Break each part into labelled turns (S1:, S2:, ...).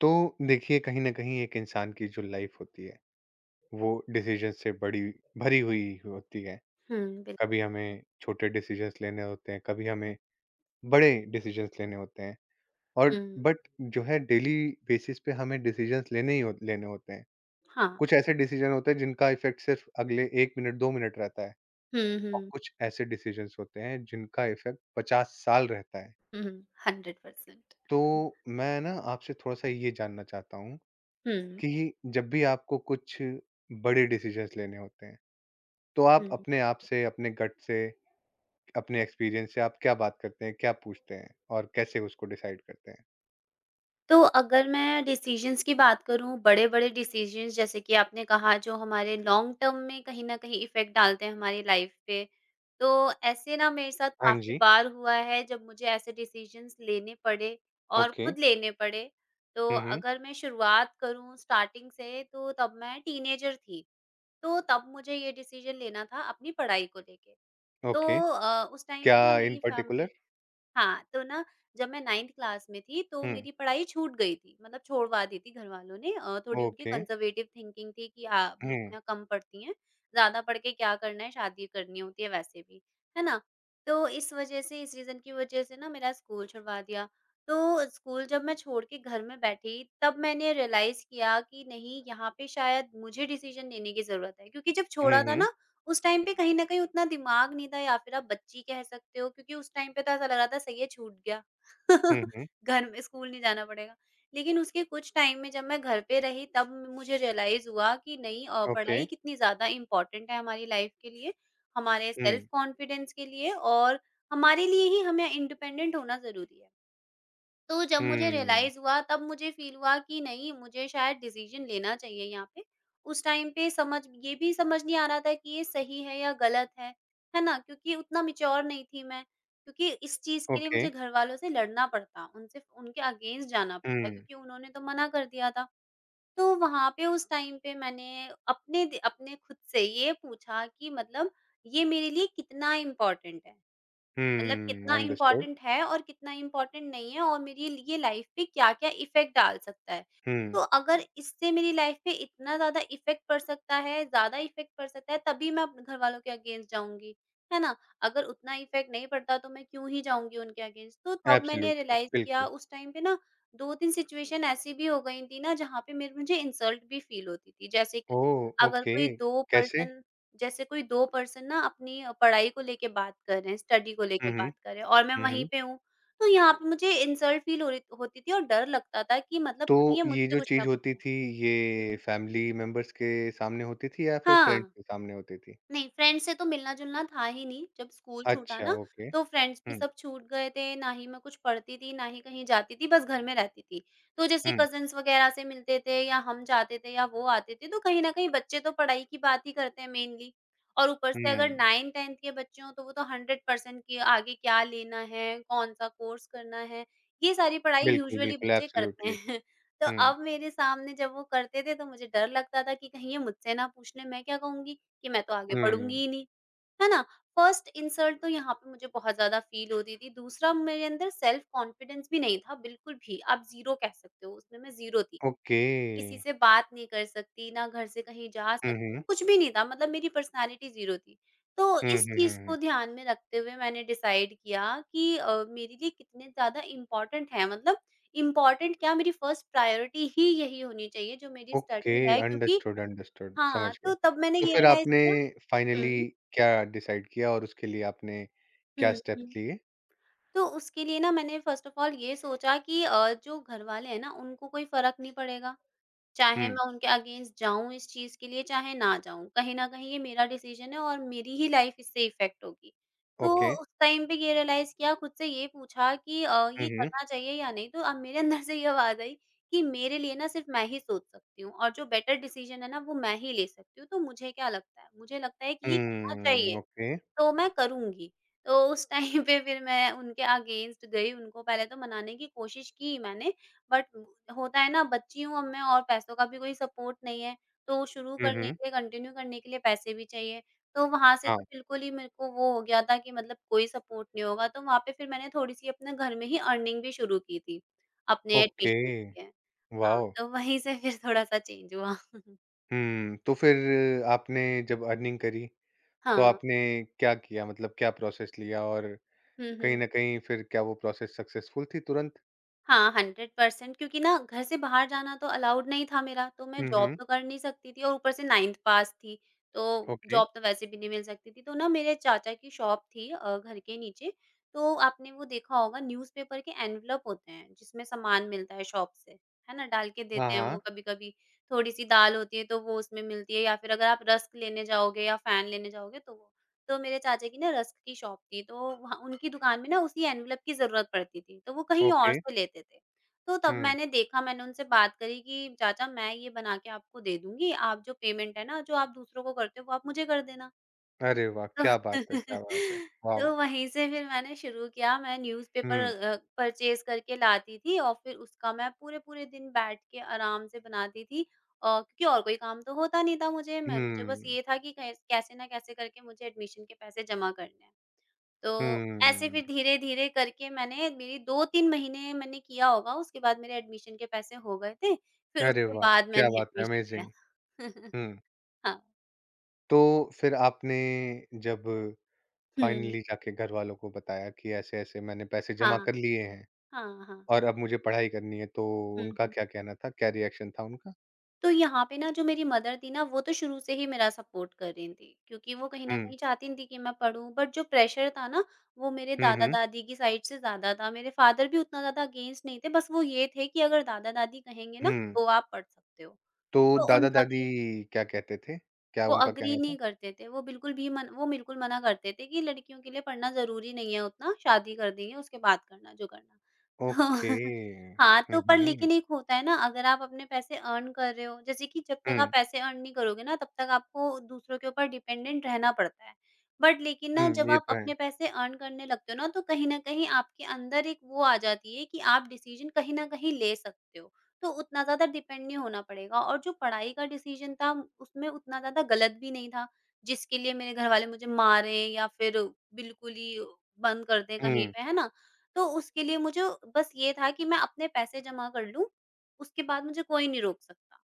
S1: तो देखिए कहीं ना कहीं एक इंसान की जो लाइफ होती है वो डिसीजन से बड़ी भरी हुई होती है।
S2: हुँ,
S1: कभी
S2: बिल्कुल।
S1: हमें छोटे डिसीजंस लेने होते हैं, कभी हमें बड़े डिसीजंस लेने होते हैं। और
S2: हुँ,
S1: बट जो है डेली बेसिस पे हमें डिसीजंस लेने होते हैं।
S2: हाँ।
S1: कुछ ऐसे डिसीजन होते हैं जिनका इफेक्ट सिर्फ अगले 1 मिनट 2 मिनट रहता है,
S2: हुँ,
S1: और
S2: हुँ,
S1: कुछ ऐसे डिसीजंस होते हैं जिनका इफेक्ट 50 साल रहता है।
S2: हुँ, 100%।
S1: तो मैं ना आपसे थोड़ा सा ये जानना चाहता हूँ
S2: हुँ,
S1: कि जब भी आपको कुछ बड़े डिसीजंस लेने होते हैं, तो आप
S2: हुँ।
S1: अपने आप से, अपने गट से, अपने एक्सपीरियंस से आप क्या बात करते हैं, क्या पूछते हैं और कैसे उसको डिसाइड करते हैं?
S2: तो अगर मैं डिसीज़न्स की बात करूँ, बड़े-बड़े डिसीज़न्स जैसे कि आपने कहा जो हमारे लॉन्ग टर्म में कहीं न कहीं इफ़ेक्ट डालते हैं हमारी लाइफ़ पे, तो ऐसे ना मेरे साथ
S1: हाँ
S2: काफ़ी
S1: जी।
S2: बार हुआ है जब मुझे ऐसे डिसीज़न्स लेने पड़े और
S1: ओके।
S2: खुद लेने पड़े। तो
S1: हुँ, हुँ।
S2: अगर मैं शुरुआत करूँ स्टार्टिंग से तो तब मैं टीनेजर थी, तो तब मुझे ये डिसीज़न लेना था अपनी पढ़ाई को लेके। तो
S1: ओके।
S2: उस टाइम
S1: क्या
S2: पे ना
S1: इन
S2: मेरी
S1: पर्टिकुलर?
S2: फैमिली, हाँ, तो ना जब मैं 9th क्लास में थी तो
S1: हुँ,
S2: मेरी पढ़ाई छूट गई थी, मतलब छोड़वा दी थी घर वालों ने, थोड़ी उनकी
S1: ओके।
S2: कंज़र्वेटिव थिंकिंग थी कि
S1: हुँ।
S2: लड़कियाँ कम पढ़ती हैं, ज़्यादा पढ़ के क्या करना है, शादी करनी होती है वैसे भी, है ना? तो इस वजह से इस रीज़न की वजह से ना मेरा स्कूल छुड़वा दिया। तो स्कूल जब मैं छोड़ के घर में बैठी तब मैंने रियलाइज़ किया कि नहीं, यहाँ पे शायद मुझे डिसीज़न लेने की ज़रूरत है, क्योंकि जब
S1: हुँ,
S2: छोड़ा था
S1: हुँ।
S2: ना, उस टाइम पे कहीं न कहीं उतना दिमाग नहीं था या फिर आप बच्ची कह सकते हो, क्योंकि उस टाइम पे तो ऐसा लग रहा था सही है छूट गया।
S1: हुँ, हुँ।
S2: घर में स्कूल नहीं जाना पड़ेगा। लेकिन उसके कुछ टाइम में जब मैं घर पे रही तब मुझे रियलाइज़ हुआ कि नहीं,
S1: ओके।
S2: पढ़ाई कितनी ज़्यादा इम्पोर्टेंट है हमारी लाइफ़ के लिए, हमारे सेल्फ
S1: हुँ।
S2: कॉन्फिडेंस के लिए और हमारे लिए ही हमें इंडिपेंडेंट होना ज़रूरी है। तो जब मुझे
S1: हुँ।
S2: रियलाइज़ हुआ तब मुझे फ़ील हुआ कि नहीं, मुझे शायद डिसीज़न लेना चाहिए यहाँ पे। उस टाइम पे समझ ये भी समझ नहीं आ रहा था कि ये सही है या गलत है ना? क्योंकि उतना मैच्योर नहीं थी मैं, क्योंकि इस चीज़ के लिए
S1: ओके।
S2: मुझे घरवालों से लड़ना पड़ता, उनसे उनके अगेंस्ट जाना पड़ता,
S1: हुँ।
S2: क्योंकि उन्होंने तो मना कर दिया था। तो वहाँ पे उस टाइम पे मैंने अपने खुद से ये पूछा कि मतलब ये मेरे लिए कितना इम्पोर्टेंट है? मतलब
S1: हुँ।
S2: कितना
S1: अंडरस्टूड।
S2: इम्पोर्टेंट है और कितना इम्पोर्टेंट नहीं है और मेरी लिए लाइफ पे क्या-क्या इफ़ेक्ट डाल सकता है।
S1: हुँ।
S2: तो अगर इससे मेरी लाइफ पे इतना ज़्यादा इफ़ेक्ट पड़ सकता है, ज़्यादा इफ़ेक्ट पड़ सकता है, तभी मैं अपने घरवालों के अगेंस्ट जाऊँगी, है ना? अगर उतना इफ़ेक्ट नहीं पड़ता तो मैं क्यों ही जाऊँगी उनके अगेंस्ट। तो तब मैंने
S1: एब्सोल्युटली,
S2: रियलाइज़ किया
S1: बिल्कुल।
S2: उस टाइम पे ना, 2-3 सिचुएशन ऐसी भी हो गई थी ना जहाँ पे मेरे मुझे इंसल्ट भी फ़ील होती थी। जैसे कि
S1: ओह!
S2: अगर
S1: ओके।
S2: कोई 2
S1: कैसे?
S2: पर्सन जैसे कोई 2 पर्सन ना अपनी पढ़ाई को लेके बात कर रहे हैं, स्टडी को
S1: हुँ,
S2: लेके
S1: हुँ।
S2: बात कर रहे हैं और मैं
S1: हुँ,
S2: वहीं
S1: हुँ।
S2: पे हूँ, तो यहाँ पे मुझे इंसल्ट फील हो रही होती थी और डर लगता था कि मतलब
S1: तो
S2: कहीं ये
S1: ये
S2: मुझसे
S1: जो
S2: कुछ ना
S1: चीज़
S2: पूछ
S1: होती
S2: लें।
S1: थी, ये
S2: हुँ।
S1: फैमिली मेंबर्स के सामने होती थी या फिर फ्रेंड्स
S2: हाँ।
S1: के सामने होती थी?
S2: नहीं, फ्रेंड्स से तो मिलना-जुलना था ही नहीं, जब स्कूल छूटा
S1: अच्छा,
S2: ना,
S1: ओके।
S2: तो फ्रेंड्स भी
S1: हुँ,
S2: सब छूट गए थे, ना ही मैं कुछ पढ़ती थी, ना ही कहीं जाती थी, बस घर में रहती थी। तो जैसे
S1: हुँ,
S2: कज़िन्स वगैरह से मिलते थे या हम जाते थे या वो आते थे, तो कहीं न कहीं बच्चे तो पढ़ाई की बात ही करते हैं मेनली, और ऊपर से अगर
S1: हुँ।
S2: 9-10th के बच्चे हों, तो वो तो 100% कि आगे क्या लेना है, कौन-सा कोर्स करना है, ये सारी पढ़ाई
S1: बिल्कुल,
S2: यूजुअली
S1: बिल्कुल,
S2: बच्चे करते
S1: एब्सोल्युटली।
S2: हैं। तो
S1: हुँ,
S2: अब मेरे सामने जब वो करते थे, तो मुझे डर लगता था कि कहीं ये मुझसे ना पूछ लें, मैं क्या कहूँगी? कि मैं तो आगे
S1: हुँ,
S2: पढ़ूँगी ही नहीं, है ना? फर्स्ट इंसल्ट तो यहाँ पे मुझे बहुत ज़्यादा फ़ील होती थी, दूसरा मेरे अंदर सेल्फ कॉन्फिडेंस भी नहीं था बिल्कुल भी, आप ज़ीरो कह सकते हो, उसमें मैं ज़ीरो थी।
S1: ओके।
S2: किसी से बात नहीं कर सकती, ना घर से कहीं जा
S1: हुँ,
S2: सकती
S1: हुँ।
S2: हूँ, कुछ भी नहीं था, मतलब मेरी पर्सनैलिटी ज़ीरो थी। तो
S1: हुँ,
S2: इस
S1: हुँ, हुँ,
S2: चीज़
S1: हुँ।
S2: को ध्यान में रखते हुए मैंने डिसाइड किया कि मेरे लिए कितने ज़्यादा इम्पोर्टेंट है, मतलब इम्पोर्टेंट क्या, मेरी फर्स्ट प्रायोरिटी ही यही होनी चाहिए जो मेरी
S1: ओके,
S2: स्टडी है, क्योंकि
S1: अंडरस्टूड, अंडरस्टूड, समझ
S2: हाँ,
S1: गया।
S2: तो तब मैंने
S1: तो
S2: ये
S1: फिर
S2: रियलाइज़
S1: आपने
S2: किया।
S1: फाइनली
S2: हुँ।
S1: क्या डिसाइड किया और उसके लिए आपने क्या
S2: हुँ, हुँ।
S1: स्टेप्स लिए?
S2: तो उसके लिए ना मैंने फ़र्स्ट ऑफ़ ऑल ये सोचा कि जो घरवाले हैं ना, उनको कोई फ़र्क नहीं पड़ेगा। चाहे
S1: हुँ,
S2: मैं उनके अगेंस्ट जाऊँ इस चीज़ के लिए, चाहे ना जाऊँ, कहीं न कहीं ये मेरा डिसीज़न है और मेरी ही लाइफ़ इससे इफ़ेक्ट होगी। तो
S1: ओके।
S2: उस टाइम पे ये रियलाइज़ किया, खुद से ये पूछा कि
S1: हुँ,
S2: ये
S1: हुँ।
S2: करना चाहिए या नहीं? तो अब मेरे अंदर से ये आवाज़ आई कि मेरे लिए ना सिर्फ़ मैं ही सोच सकती हूँ, और जो बेटर डिसीज़न है ना वो मैं ही ले सकती हूँ, तो मुझे क्या लगता है? मुझे लगता है कि ये करना
S1: हुँ,
S2: चाहिए।
S1: ओके।
S2: तो मैं करूँगी। तो उस टाइम पे फिर मैं उनके अगेंस्ट गई, उनको पहले तो मनाने की कोशिश की मैंने, बट होता है ना, बच्ची हूँ अब मैं और पैसों का भी कोई सपोर्ट नहीं है, तो शुरू
S1: हुँ,
S2: करने
S1: हुँ।
S2: के लिए, कंटिन्यू करने के लिए पैसे भी चाहिए। तो वहाँ से तो
S1: हाँ,
S2: बिल्कुल ही मेरे को वो हो गया था कि मतलब कोई सपोर्ट नहीं होगा, तो वहाँ पे फिर मैंने थोड़ी-सी अपने घर में ही अर्निंग भी शुरू की थी, अपने
S1: ओके,
S2: एडमिशन के लिए। हाँ,
S1: वॉव!
S2: तो वहीं से फिर थोड़ा-सा चेंज हुआ।
S1: हुँ, तो फिर आपने जब अर्निंग करी, तो
S2: हाँ।
S1: आपने क्या किया? मतलब क्या प्रोसेस लिया और
S2: हुँ,
S1: कहीं
S2: हुँ।
S1: न कहीं फिर क्या वो प्रोसेस सक्सेसफुल थी तुरंत?
S2: हाँ, 100% क्योंकि ना घर से बाहर जाना तो अलाउड नहीं था मेरा, तो मैं
S1: हुँ,
S2: जॉब
S1: हुँ,
S2: तो कर नहीं सकती थी और ऊपर से 9th पास थी, तो
S1: ओके।
S2: जॉब तो वैसे भी नहीं मिल सकती थी। तो ना मेरे चाचा की शॉप थी, घर के नीचे, तो आपने वो देखा होगा न्यूज़पेपर के एनवेलप होते हैं, जिसमें सामान मिलता है शॉप से, है ना? डाल के
S1: हाँ,
S2: देते हैं वो
S1: हाँ,
S2: कभी-कभी, थोड़ी-सी दाल होती है तो वो उसमें मिलती है या फिर अगर आप रस्क लेने जाओगे या फ़ैन लेने जाओगे तो वो, तो मेरे चाचा की ना रस्क की शॉप थी, तो वहाँ उनकी दुकान में ना उसी एनवेलप की ज़रूरत पड़ती थी, तो वो कहीं और
S1: ओके,
S2: से लेते थे। तो तब
S1: हुँ।
S2: मैंने देखा, मैंने उनसे बात करी कि चाचा, मैं ये बना के आपको दे दूँगी, आप जो पेमेंट है ना, जो आप दूसरों को करते हो, वो आप मुझे कर देना।
S1: अरे वाह!
S2: तो
S1: क्या बात है, क्या बात है! वॉव!
S2: तो वहीं से फिर मैंने शुरू किया, मैं न्यूज़पेपर
S1: हुँ,
S2: परचेज़ करके लाती थी और फिर उसका मैं पूरे-पूरे दिन बैठ के आराम से बनाती थी। क्योंकि और कोई काम तो होता नहीं था मुझे, मैं मुझे बस
S1: हुँ,
S2: ये था कि कैसे ना कैसे करके मुझे एडमिशन के पैसे जमा करने हैं। तो ऐसे
S1: हुँ।
S2: फिर धीरे-धीरे करके मैंने, मेरी 2-3 महीने मैंने किया होगा, उसके बाद मेरे एडमिशन के पैसे हो गए थे, फिर
S1: अरे
S2: उसके
S1: वाह!
S2: बाद
S1: क्या
S2: मैंने
S1: बात है,
S2: एडमिशन लिया।
S1: अमेज़िंग! हुँ,
S2: हाँ।
S1: तो फिर आपने जब
S2: हुँ।
S1: फाइनली जाके घरवालों को बताया कि ऐसे-ऐसे मैंने पैसे जमा
S2: हाँ,
S1: कर लिए हैं
S2: हाँ, हाँ।
S1: और अब मुझे पढ़ाई करनी है, तो
S2: हुँ,
S1: उनका
S2: हुँ।
S1: क्या कहना था? क्या रिएक्शन था उनका?
S2: तो यहाँ पे ना जो मेरी मदर थी ना, वो तो शुरू से ही मेरा सपोर्ट कर रही थी, क्योंकि वो कहीं न
S1: हुँ।
S2: कहीं चाहती थी कि मैं पढ़ूँ, बट जो प्रेशर था ना, वो मेरे
S1: हुँ, हुँ।
S2: दादा-दादी की साइड से ज़्यादा था। मेरे फादर भी उतना ज़्यादा अगेंस्ट नहीं थे, बस वो ये थे कि अगर दादा-दादी कहेंगे ना,
S1: हुँ।
S2: तो आप पढ़ सकते हो।
S1: तो
S2: तो उनका
S1: दादा-दादी
S2: भी
S1: क्या कहते थे? क्या
S2: वो
S1: उनका
S2: अग्री
S1: कहना था?
S2: नहीं करते थे, वो बिल्कुल भी मन वो बिल्कुल मना करते थे कि लड़कियों के लिए पढ़ना ज़रूरी नहीं है उतना, शादी कर देंगे उसके बाद करना जो करना। तो
S1: ओके।
S2: हाँ,
S1: हुँ,
S2: तो पर
S1: हुँ।
S2: लेकिन एक होता है ना, अगर आप अपने पैसे अर्न कर रहे हो, जैसे कि जब तक आप
S1: हुँ।
S2: पैसे अर्न नहीं करोगे ना तब तक आपको दूसरों के ऊपर डिपेंडेंट रहना पड़ता है। बट लेकिन ना
S1: हुँ,
S2: जब
S1: ये
S2: आप
S1: तो है।
S2: अपने पैसे अर्न करने लगते हो ना, तो कहीं न कहीं आपके अंदर एक वो आ जाती है कि आप डिसीज़न कहीं न कहीं ले सकते हो। तो उतना ज़्यादा डिपेंड नहीं होना पड़ेगा, और जो पढ़ाई का डिसीज़न था उसमें उतना ज़्यादा गलत भी नहीं था, जिसके लिए मेरे घर वाले मुझे मारे या फिर बिल्कुल ही बंद कर दें कहीं
S1: हुँ।
S2: पे, है ना? तो उसके लिए मुझे बस ये था कि मैं अपने पैसे जमा कर लूँ, उसके बाद मुझे कोई नहीं रोक सकता।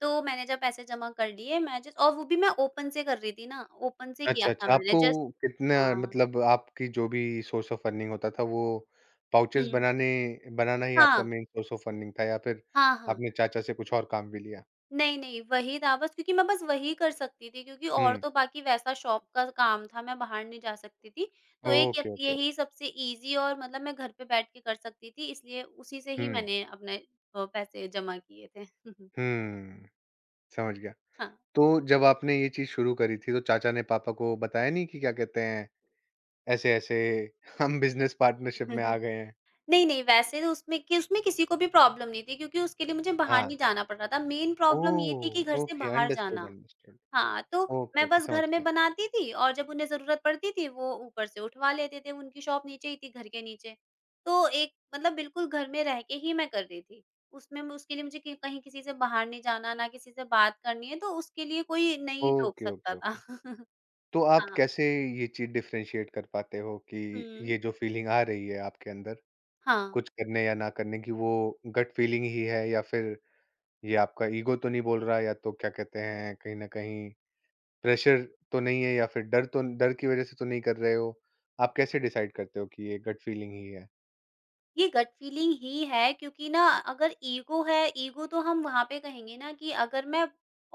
S2: तो मैंने जब पैसे जमा कर लिए मैं जस्ट और वो भी मैं ओपन से कर रही थी ना, ओपन से
S1: अच्छा,
S2: किया था
S1: अच्छा
S2: मैंने
S1: आपको
S2: जस्ट
S1: कितना
S2: हाँ।
S1: मतलब आपकी जो भी सोर्स ऑफ अर्निंग होता था वो पाउचेज़
S2: हुँ।
S1: बनाने बनाना ही आपका
S2: हाँ।
S1: मेन सोर्स ऑफ अर्निंग था या फिर
S2: हाँ, हाँ।
S1: आपने चाचा से कुछ और काम भी लिया?
S2: नहीं, नहीं, वही था बस क्योंकि मैं बस वही कर सकती थी क्योंकि और
S1: हुँ।
S2: तो बाकी वैसा शॉप का काम था, मैं बाहर नहीं जा सकती थी। तो एक यप
S1: ओके, ओके,
S2: यही
S1: ओके।
S2: सबसे ईज़ी और मतलब मैं घर पे बैठ के कर सकती थी, इसलिए उसी से ही
S1: हुँ।
S2: मैंने अपने पैसे जमा किए थे।
S1: हुँ। समझ गया।
S2: हाँ।
S1: तो जब आपने ये चीज़ शुरू करी थी, तो चाचा ने पापा को बताया नहीं कि क्या कहते हैं, ऐसे-ऐसे हम बिज़नेस पार्टनरशिप में आ गए हैं?
S2: नहीं, नहीं, वैसे तो उसमें किसी को भी प्रॉब्लम नहीं थी क्योंकि उसके लिए मुझे बाहर
S1: हाँ।
S2: नहीं जाना पड़ रहा था। मेन प्रॉब्लम ये थी कि घर
S1: ओह!
S2: से
S1: ओके,
S2: बाहर
S1: अंडरस्टूड,
S2: जाना।
S1: अंडरस्टूड।
S2: हाँ, तो
S1: ओके,
S2: मैं
S1: ओके,
S2: बस
S1: समझ
S2: घर में
S1: गया।
S2: बनाती थी और जब उन्हें ज़रूरत पड़ती थी वो ऊपर से उठवा लेते थे, उनकी शॉप नीचे ही थी घर के नीचे। तो एक मतलब बिल्कुल घर में रह के ही मैं कर रही थी। उसमें मैं उसके लिए मुझे कि कहीं किसी से बाहर नहीं जाना, ना किसी से बात करनी है, तो उसके लिए कोई नहीं टोक
S1: ओके,
S2: सकता
S1: ओके,
S2: था।
S1: ओके। तो आप
S2: हाँ।
S1: कैसे ये चीज़ डिफ़रेंशिएट कर पाते हो कि ये
S2: हुँ।
S1: जो फ़ीलिंग आ रही है आपके अंदर,
S2: हाँ।
S1: कुछ करने या ना करने की, वो गट फ़ीलिंग ही है या फिर ये आपका ईगो तो नहीं बोल रहा या तो क्या कहते हैं, कहीं न कहीं प्रेशर तो नहीं है या फिर डर की वज़ह से तो नहीं कर रहे हो? आप कैसे डिसाइड करते हो कि ये गट फीलिंग ही है?
S2: ये गट फीलिंग ही है क्योंकि ना अगर ईगो है, ईगो तो हम वहाँ पे कहेंगे ना कि अगर मैं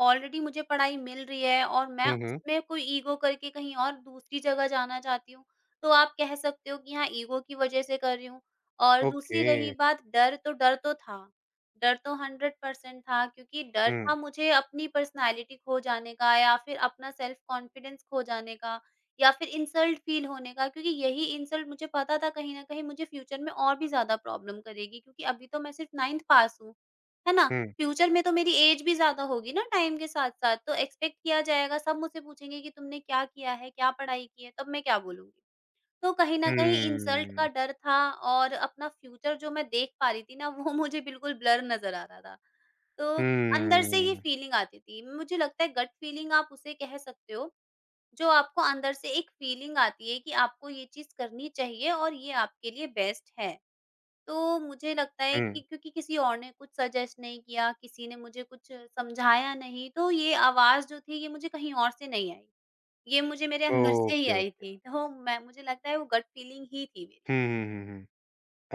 S2: ऑलरेडी मुझे पढ़ाई मिल रही है और मैं
S1: हुँ, हुँ।
S2: उसमें कोई ईगो करके कहीं और दूसरी जगह जाना चाहती हूँ, तो आप कह सकते हो कि हाँ, ईगो की वजह से कर रही हूँ। और
S1: ओके।
S2: दूसरी रही बात डर तो था। डर तो 100% था क्योंकि डर
S1: हुँ,
S2: था मुझे अपनी पर्सनैलिटी खो जाने का या फिर अपना सेल्फ कॉन्फिडेंस खो जाने का या फिर इंसल्ट फ़ील होने का क्योंकि यही इंसल्ट मुझे पता था कहीं न कहीं मुझे फ्यूचर में और भी ज़्यादा प्रॉब्लम करेगी क्योंकि अभी तो मैं सिर्फ़ 9th पास हूँ, है ना?
S1: हुँ,
S2: फ्यूचर में तो मेरी एज भी ज़्यादा होगी ना टाइम के साथ-साथ तो एक्सपेक्ट किया जाएगा, सब मुझसे पूछेंगे कि तुमने क्या किया है, क्या पढ़ाई की है, तब मैं क्या बोलूँगी? तो कहीं न कहीं इंसल्ट का
S1: हुँ,
S2: डर था और अपना फ्यूचर जो मैं देख पा रही थी ना वो मुझे बिल्कुल ब्लर नज़र आ रहा था। तो अंदर से ये
S1: हुँ,
S2: फीलिंग आती थी, मुझे लगता है गट फीलिंग आप उसे कह सकते हो। जो आपको अंदर से एक फीलिंग आती है कि आपको ये चीज़ करनी चाहिए और ये आपके लिए बेस्ट है। तो मुझे लगता है कि
S1: हुँ।
S2: क्योंकि किसी और ने कुछ सजेस्ट नहीं किया, किसी ने मुझे कुछ समझाया नहीं, तो ये आवाज़ जो थी ये मुझे कहीं और से नहीं आई। ये मुझे मेरे अंदर से ही
S1: ओके,
S2: आई
S1: ओके।
S2: थी। तो मैं मुझे लगता है वो गट फीलिंग ही थी मेरी।
S1: हुँ, हुँ, हुँ, हुँ।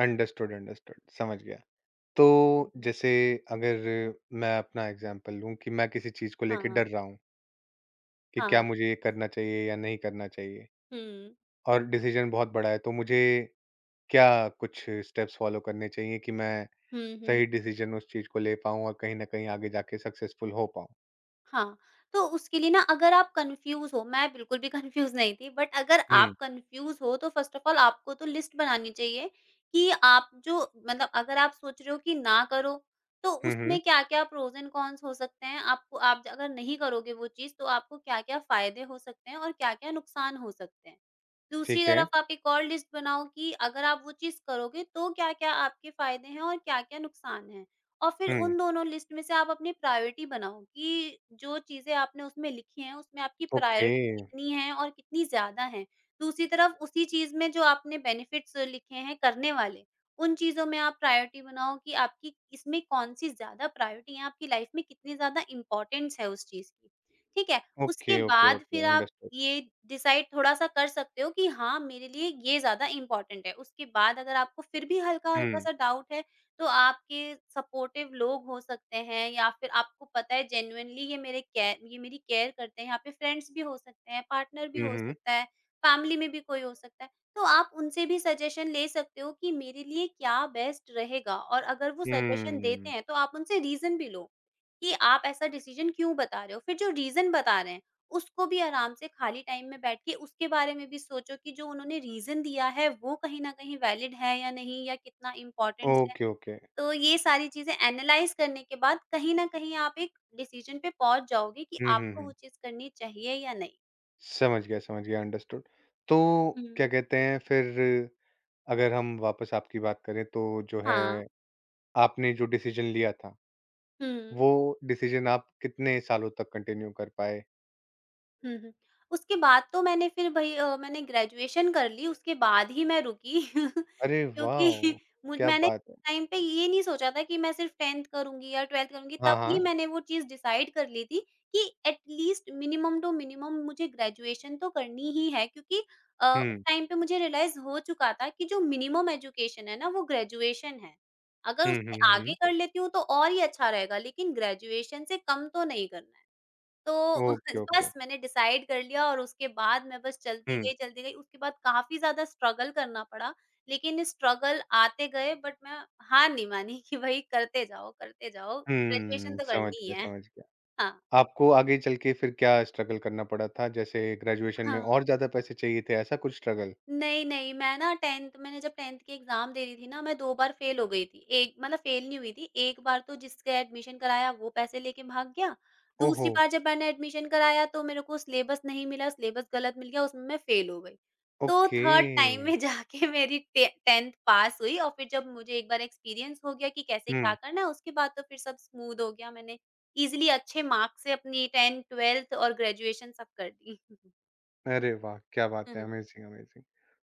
S1: अंडरस्टूड, अंडरस्टूड, समझ गया।
S2: हुँ,
S1: तो
S2: हुँ।
S1: जैसे अगर मैं अपना एग्ज़ाम्पल लूँ कि मैं किसी चीज़ को
S2: हाँ,
S1: लेके
S2: हाँ।
S1: डर रहा हूँ, कि क्या मुझे ये करना चाहिए या नहीं करना चाहिए
S2: हुँ।
S1: और डिसीज़न बहुत बड़ा है, तो मुझे क्या कुछ स्टेप्स फ़ॉलो करने चाहिए कि मैं
S2: हुँ, हुँ।
S1: सही डिसीजन उस चीज़ को ले पाऊँ और कहीं न कहीं आगे जाके सक्सेसफुल हो पाऊँ।
S2: हाँ, तो उसके लिए ना अगर आप कन्फ्यूज़ हो, मैं बिल्कुल भी कन्फ्यूज़ नहीं थी, बट अगर
S1: हुँ।
S2: आप कन्फ्यूज़ हो तो फ़र्स्ट ऑफ़ ऑल आपको तो लिस्ट बनानी चाहिए कि आप जो मतलब अगर आप सोच रहे हो कि ना करो, तो
S1: हुँ, हुँ।
S2: उसमें क्या-क्या प्रोज़ एंड कॉन्स हो सकते हैं। आपको आप अगर नहीं करोगे वो चीज़ तो आपको क्या-क्या फ़ायदे हो सकते हैं और क्या-क्या नुकसान हो सकते हैं। दूसरी
S1: ठीक है।
S2: तरफ आप एक और लिस्ट बनाओ कि अगर आप वो चीज़ करोगे तो क्या-क्या आपके फ़ायदे हैं और क्या-क्या नुकसान हैं। और फिर
S1: हुँ।
S2: उन दोनों लिस्ट में से आप अपनी प्रायोरिटी बनाओ कि जो चीज़ें आपने उसमें लिखी हैं, उसमें आपकी
S1: ओके।
S2: प्रायोरिटी कितनी है और कितनी ज़्यादा है। दूसरी तरफ उसी चीज़ में जो आपने बेनिफिट्स लिखे हैं करने वाले, उन चीज़ों में आप प्रायोरिटी बनाओ कि आपकी इसमें कौन-सी ज़्यादा प्रायोरिटी है, आपकी लाइफ़ में कितनी ज़्यादा इम्पोर्टेंस है उस चीज़ की। ठीक है? उसके
S1: ओके, ओके,
S2: बाद
S1: ओके
S2: फिर आप
S1: अंडरस्टूड।
S2: ये डिसाइड थोड़ा-सा कर सकते हो कि हाँ, मेरे लिए ये ज़्यादा इम्पोर्टेंट है। उसके बाद अगर आपको फिर भी हल्का-हल्का
S1: हुँ।
S2: सा डाउट है, तो आपके सपोर्टिव लोग हो सकते हैं या फिर आपको पता है जेन्युइनली ये मेरी केयर करते हैं, यहाँ पे फ्रेंड्स भी हो सकते हैं, पार्टनर भी
S1: हुँ,
S2: हो
S1: हुँ।
S2: सकता है, फैमिली में भी कोई हो सकता है। तो आप उनसे भी सजेशन ले सकते हो कि मेरे लिए क्या बेस्ट रहेगा और अगर वो सजेशन देते
S1: हुँ।
S2: हैं तो आप उनसे रीज़न भी लो, कि आप ऐसा डिसीज़न क्यों बता रहे हो? फिर जो रीज़न बता रहे हैं, उसको भी आराम से खाली टाइम में बैठ के उसके बारे में भी सोचो कि जो उन्होंने रीज़न दिया है वो कहीं न कहीं वैलिड है या नहीं या कितना इम्पोर्टेंस है?
S1: Okay, okay.
S2: तो ये सारी चीज़ें एनालाइज़ करने के बाद कहीं न कहीं आप एक डिसीज़न पे पहुँच जाओगे कि
S1: हुँ, हुँ,
S2: आपको वो
S1: हुँ।
S2: चीज़ करनी चाहिए या नहीं।
S1: समझ गया अंडरस्टूड। तो
S2: हुँ।
S1: क्या कहते हैं फिर अगर हम वापस आपकी बात करें तो जो है
S2: हाँ।
S1: आपने जो डिसीजन लिया था,
S2: हुँ।
S1: वो डिसीजन आप कितने सालों तक कंटिन्यू कर पाए?
S2: हुँ, हुँ। उसके बाद तो मैंने फिर भई अ, मैंने ग्रेजुएशन कर ली, उसके बाद ही मैं रुकी
S1: अरे
S2: क्योंकि
S1: वाओ!
S2: मुझ
S1: क्या
S2: मैंने
S1: बात है।
S2: टाइम पे ये नहीं सोचा था कि मैं सिर्फ 10th करूँगी या 12th करूँगी,
S1: हाँ,
S2: तभी
S1: हाँ।
S2: मैंने वो चीज़ डिसाइड कर ली थी कि at least minimum two minimum मुझे ग्रेजुएशन तो करनी ही है क्योंकि उस
S1: हुँ।
S2: टाइम पे मुझे रियलाइज़ हो चुका था कि जो मिनिमम एजुकेशन है ना, वो ग्रेजुएशन है। अगर
S1: हुँ, हुँ,
S2: उसके आगे
S1: हुँ।
S2: कर लेती हूँ तो और ही अच्छा रहेगा, लेकिन ग्रेजुएशन से कम तो नहीं करना है। तो
S1: ओके, ओके।
S2: बस मैंने डिसाइड कर लिया और उसके बाद मैं बस चलती
S1: हुँ।
S2: गई, चलती गई। उसके बाद काफ़ी ज़्यादा स्ट्रगल करना पड़ा, लेकिन स्ट्रगल आते गए बट मैं हार नहीं मानी कि भई करते जाओ, ग्रेजुएशन
S1: हुँ,
S2: तो
S1: समझ
S2: करनी ही
S1: गया,
S2: है।
S1: समझ गया।
S2: हाँ,
S1: आपको आगे चल के फिर क्या स्ट्रगल करना पड़ा था? जैसे ग्रेजुएशन में
S2: हाँ।
S1: और ज़्यादा पैसे चाहिए थे, ऐसा कुछ स्ट्रगल?
S2: नहीं, नहीं, मैंने जब 10th की एग्ज़ाम दे रही थी ना, मैं 2 बार फ़ेल हो गई थी। एक मतलब फ़ेल नहीं हुई थी, एक बार तो जिसका एडमिशन कराया वो पैसे लेके भाग गया।
S1: ओहो!
S2: दूसरी बार जब मैंने एडमिशन कराया तो मेरे को सिलेबस नहीं मिला, सिलेबस गलत मिल गया, उसमें मैं फ़ेल हो गई। तो
S1: ओके।
S2: थर्ड टाइम में जाके मेरी टे 10th पास हुई और फिर जब मुझे एक बार एक्सपीरियंस हो गया कि कैसे
S1: हुँ।
S2: क्या करना है, उसके बाद तो फिर सब स्मूथ हो गया। मैंने ईज़िली अच्छे मार्क्स से अपनी 10th, 12th और ग्रेजुएशन सब कर दी।
S1: अरे वाह! क्या बात है। Amazing, amazing.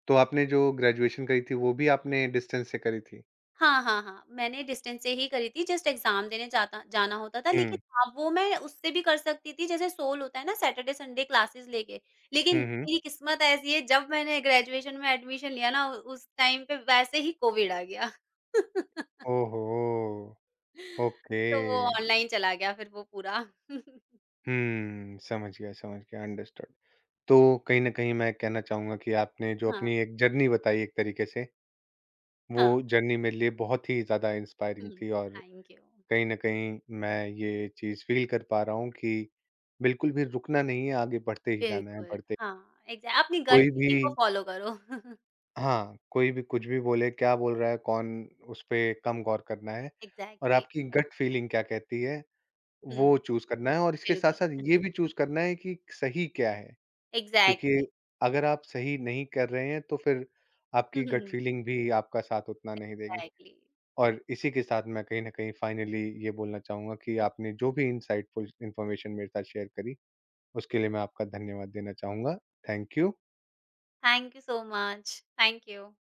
S1: तो आपने जो ग्रेजुएशन करी थी, वो भी आपने डिस्टेंस से करी थी?
S2: हाँ, हाँ, हाँ। मैंने डिस्टेंस से ही करी थी, जस्ट एग्ज़ाम देने जाता जाना होता था
S1: हुँ।
S2: लेकिन हाँ, वो मैं उससे भी कर सकती थी जैसे सोल होता है ना सैटरडे, संडे क्लासेस लेके। लेकिन
S1: हुँ, हुँ।
S2: मेरी किस्मत ऐसी है जब मैंने ग्रेजुएशन में एडमिशन लिया ना उस टाइम पे वैसे ही कोविड आ गया।
S1: ओहो! ओके।
S2: तो वो ऑनलाइन चला गया फिर वो पूरा।
S1: हुँ, समझ गया, समझ गया। अंडरस्टूड। तो कहीं न कहीं मैं कहना चाहूँगा कि आपने जो
S2: हाँ,
S1: अपनी एक जर्नी बताई एक तरीके से वो
S2: हाँ।
S1: जर्नी मेरे लिए बहुत ही ज़्यादा इंस्पायरिंग
S2: हुँ,
S1: थी। और
S2: थैंक यू।
S1: कहीं न कहीं मैं ये चीज़ फ़ील कर पा रहा हूँ कि बिल्कुल भी रुकना नहीं है, आगे बढ़ते ही जाना है,
S2: बिल्कुल,
S1: बढ़ते
S2: हाँ, एग्ज़ै अपनी गट
S1: कोई भी,
S2: फीलिंग को फ़ॉलो करो।
S1: हाँ, कोई भी कुछ भी बोले, क्या बोल रहा है, कौन, उसपे कम गौर करना है और
S2: एग्ज़ैक्टली।
S1: आपकी गट फीलिंग क्या कहती है, वो
S2: हुँ,
S1: चूज़ करना है, और इसके
S2: बिल्कुल।
S1: साथ-साथ ये भी चूज़ करना है कि सही क्या है? क्योंकि
S2: एग्ज़ैक्टली।
S1: अगर आप सही नहीं कर रहे हैं, तो फिर आपकी गट फीलिंग भी आपका साथ उतना नहीं देगी।
S2: Exactly.
S1: और इसी के साथ मैं कहीं न कहीं फाइनली ये बोलना चाहूँगा कि आपने जो भी इनसाइटफुल इन्फॉर्मेशन मेरे साथ शेयर करी, उसके लिए मैं आपका धन्यवाद देना चाहूँगा। Thank you.
S2: Thank you so much. Thank you.